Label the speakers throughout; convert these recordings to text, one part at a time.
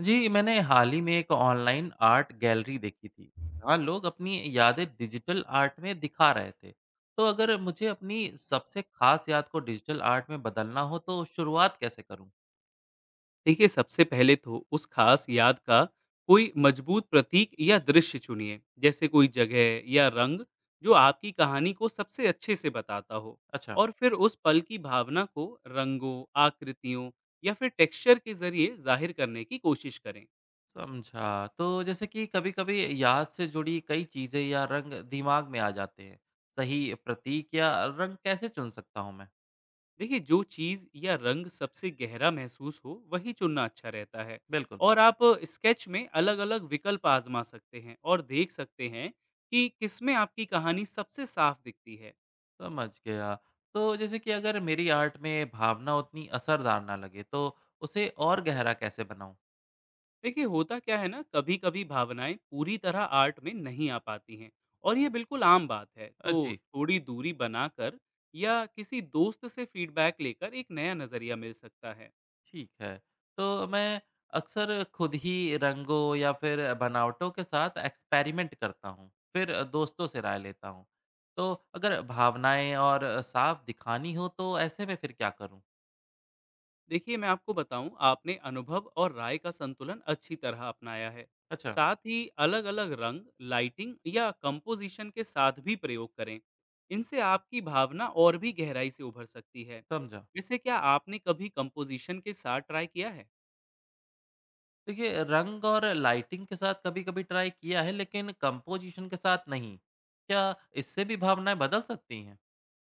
Speaker 1: जी, मैंने हाल ही में एक ऑनलाइन आर्ट गैलरी देखी थी जहाँ लोग अपनी यादें डिजिटल आर्ट में दिखा रहे थे। तो अगर मुझे अपनी सबसे खास याद को डिजिटल आर्ट में बदलना हो तो शुरुआत कैसे करूँ।
Speaker 2: देखिए, सबसे पहले तो उस खास याद का कोई मजबूत प्रतीक या दृश्य चुनिए, जैसे कोई जगह या रंग जो आपकी कहानी को सबसे अच्छे से बताता हो।
Speaker 1: अच्छा।
Speaker 2: और फिर उस पल की भावना को रंगों, आकृतियों या फिर टेक्सचर के जरिए जाहिर करने की कोशिश करें।
Speaker 1: समझा। तो जैसे कि कभी कभी याद से जुड़ी कई चीज़ें या रंग दिमाग में आ जाते हैं। सही प्रतीक या रंग कैसे चुन सकता हूँ मैं।
Speaker 2: देखिए, जो चीज़ या रंग सबसे गहरा महसूस हो वही चुनना अच्छा रहता है।
Speaker 1: बिल्कुल।
Speaker 2: और आप स्केच में अलग अलग विकल्प आजमा सकते हैं और देख सकते हैं कि किसमें आपकी कहानी सबसे साफ दिखती है।
Speaker 1: समझ गया। तो जैसे कि अगर मेरी आर्ट में भावना उतनी असरदार ना लगे तो उसे और गहरा कैसे बनाऊँ।
Speaker 2: देखिए, होता क्या है ना, कभी कभी भावनाएं पूरी तरह आर्ट में नहीं आ पाती हैं और ये बिल्कुल आम बात है। तो
Speaker 1: जी।
Speaker 2: थोड़ी दूरी बनाकर या किसी दोस्त से फीडबैक लेकर एक नया नजरिया मिल सकता है।
Speaker 1: ठीक है। तो मैं अक्सर खुद ही रंगों या फिर बनावटों के साथ एक्सपेरिमेंट करता हूँ, फिर दोस्तों से राय लेता हूँ। तो अगर भावनाएँ और साफ दिखानी हो तो ऐसे में फिर क्या करूँ?
Speaker 2: देखिए, मैं आपको बताऊं, आपने अनुभव और राय का संतुलन अच्छी तरह अपनाया है।
Speaker 1: अच्छा,
Speaker 2: साथ ही अलग अलग रंग, लाइटिंग या कंपोजिशन के साथ भी प्रयोग करें। इनसे आपकी भावना और भी गहराई से उभर सकती है।
Speaker 1: समझा।
Speaker 2: वैसे क्या आपने कभी कंपोजिशन के साथ ट्राई किया है?
Speaker 1: देखिए रंग और लाइटिंग के साथ कभी-कभी ट्राई किया है लेकिन कंपोज़िशन के साथ नहीं। क्या इससे भी भावनाएँ बदल सकती हैं?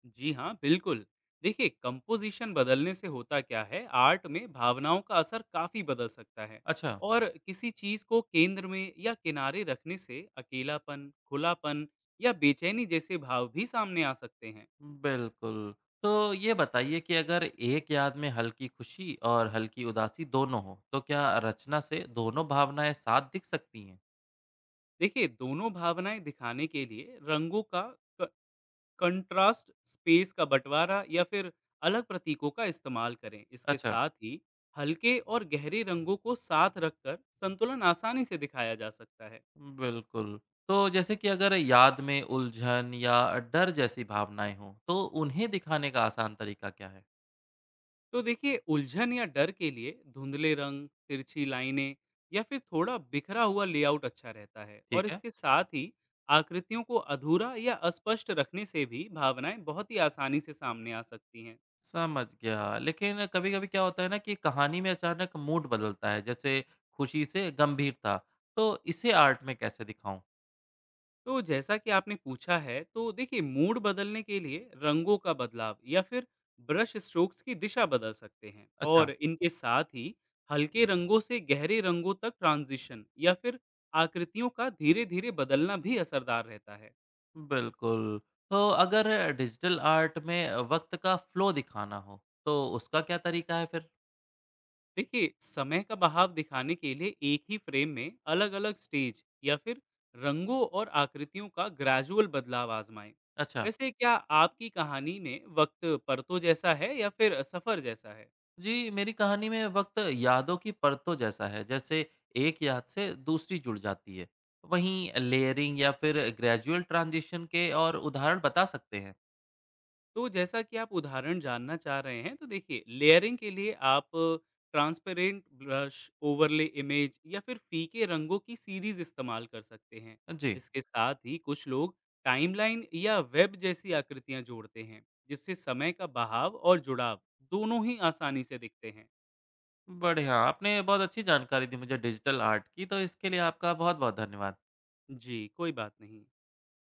Speaker 2: जी हाँ, बिल्कुल। देखिए, कंपोज़िशन बदलने से होता क्या है, आर्ट में भावनाओं का असर काफ़ी बदल सकता है।
Speaker 1: अच्छा।
Speaker 2: और किसी चीज़ को केंद्र में या किनारे रखने से अकेलापन, खुलापन या बेचैनी जैसे भाव भी सामने आ सकते हैं।
Speaker 1: बिल्कुल। तो ये बताइए कि अगर एक याद में हल्की खुशी और हल्की उदासी दोनों हों, तो क्या रचना से दोनों भावनाएँ साथ दिख सकती हैं?
Speaker 2: देखिए, दोनों भावनाएँ दिखाने के लिए रंगों का क कंट्रास्ट, स्पेस का बँटवारा या फिर अलग प्रतीकों का इस्तेमाल करें। इसके
Speaker 1: अच्छा।
Speaker 2: साथ ही हल्के और गहरे रंगों को साथ रखकर संतुलन आसानी से दिखाया जा सकता है।
Speaker 1: बिल्कुल। तो जैसे कि अगर याद में उलझन या डर जैसी भावनाएँ हों, तो उन्हें दिखाने का आसान तरीका क्या है?
Speaker 2: तो देखिए, उलझन या डर के लिए धुंधले रंग, तिरछी लाइनें या फिर थोड़ा बिखरा हुआ लेआउट अच्छा रहता है। और
Speaker 1: ठीक है।
Speaker 2: इसके साथ ही आकृतियों को अधूरा या अस्पष्ट रखने से भी भावनाएं बहुत ही आसानी से सामने आ सकती हैं।
Speaker 1: समझ गया। लेकिन कभी-कभी क्या होता है ना कि कहानी में अचानक मूड बदलता है, जैसे खुशी से गंभीरता। तो इसे आर्ट में कैसे दिखाऊँ?
Speaker 2: तो जैसा कि आपने पूछा है, तो देखिए, मूड बदलने के लिए रंगों का बदलाव या फिर ब्रश स्ट्रोक्स की दिशा बदल सकते हैं। और
Speaker 1: अच्छा।
Speaker 2: इनके साथ ही हल्के रंगों से गहरे रंगों तक ट्रांजिशन या फिर आकृतियों का धीरे धीरे बदलना भी असरदार रहता है।
Speaker 1: बिल्कुल। तो अगर डिजिटल आर्ट में वक़्त का फ़्लो दिखाना हो, तो उसका क्या तरीका है फिर?
Speaker 2: देखिए, समय का बहाव दिखाने के लिए एक ही फ्रेम में अलग अलग स्टेज या फिर रंगों और आकृतियों का ग्रेजुअल बदलाव आजमाएं।
Speaker 1: अच्छा।
Speaker 2: वैसे क्या आपकी कहानी में वक्त परतों जैसा है या फिर सफर जैसा है?
Speaker 1: जी, मेरी कहानी में वक़्त यादों की परतों जैसा है, जैसे एक याद से दूसरी जुड़ जाती है। वहीं लेयरिंग या फिर ग्रेजुअल ट्रांज़िशन के और उदाहरण बता सकते हैं।
Speaker 2: तो जैसा कि आप उदाहरण जानना चाह रहे हैं, तो देखिए, लेयरिंग के लिए आप ट्रांसपेरेंट ब्रश, ओवरले इमेज या फिर फीके रंगों की सीरीज इस्तेमाल कर सकते हैं।
Speaker 1: जी,
Speaker 2: इसके साथ ही कुछ लोग टाइमलाइन या वेब जैसी आकृतियां जोड़ते हैं, जिससे समय का बहाव और जुड़ाव दोनों ही आसानी से दिखते हैं।
Speaker 1: बढ़िया, आपने बहुत अच्छी जानकारी दी मुझे डिजिटल आर्ट की, तो इसके लिए आपका बहुत-बहुत धन्यवाद।
Speaker 2: जी, कोई बात नहीं।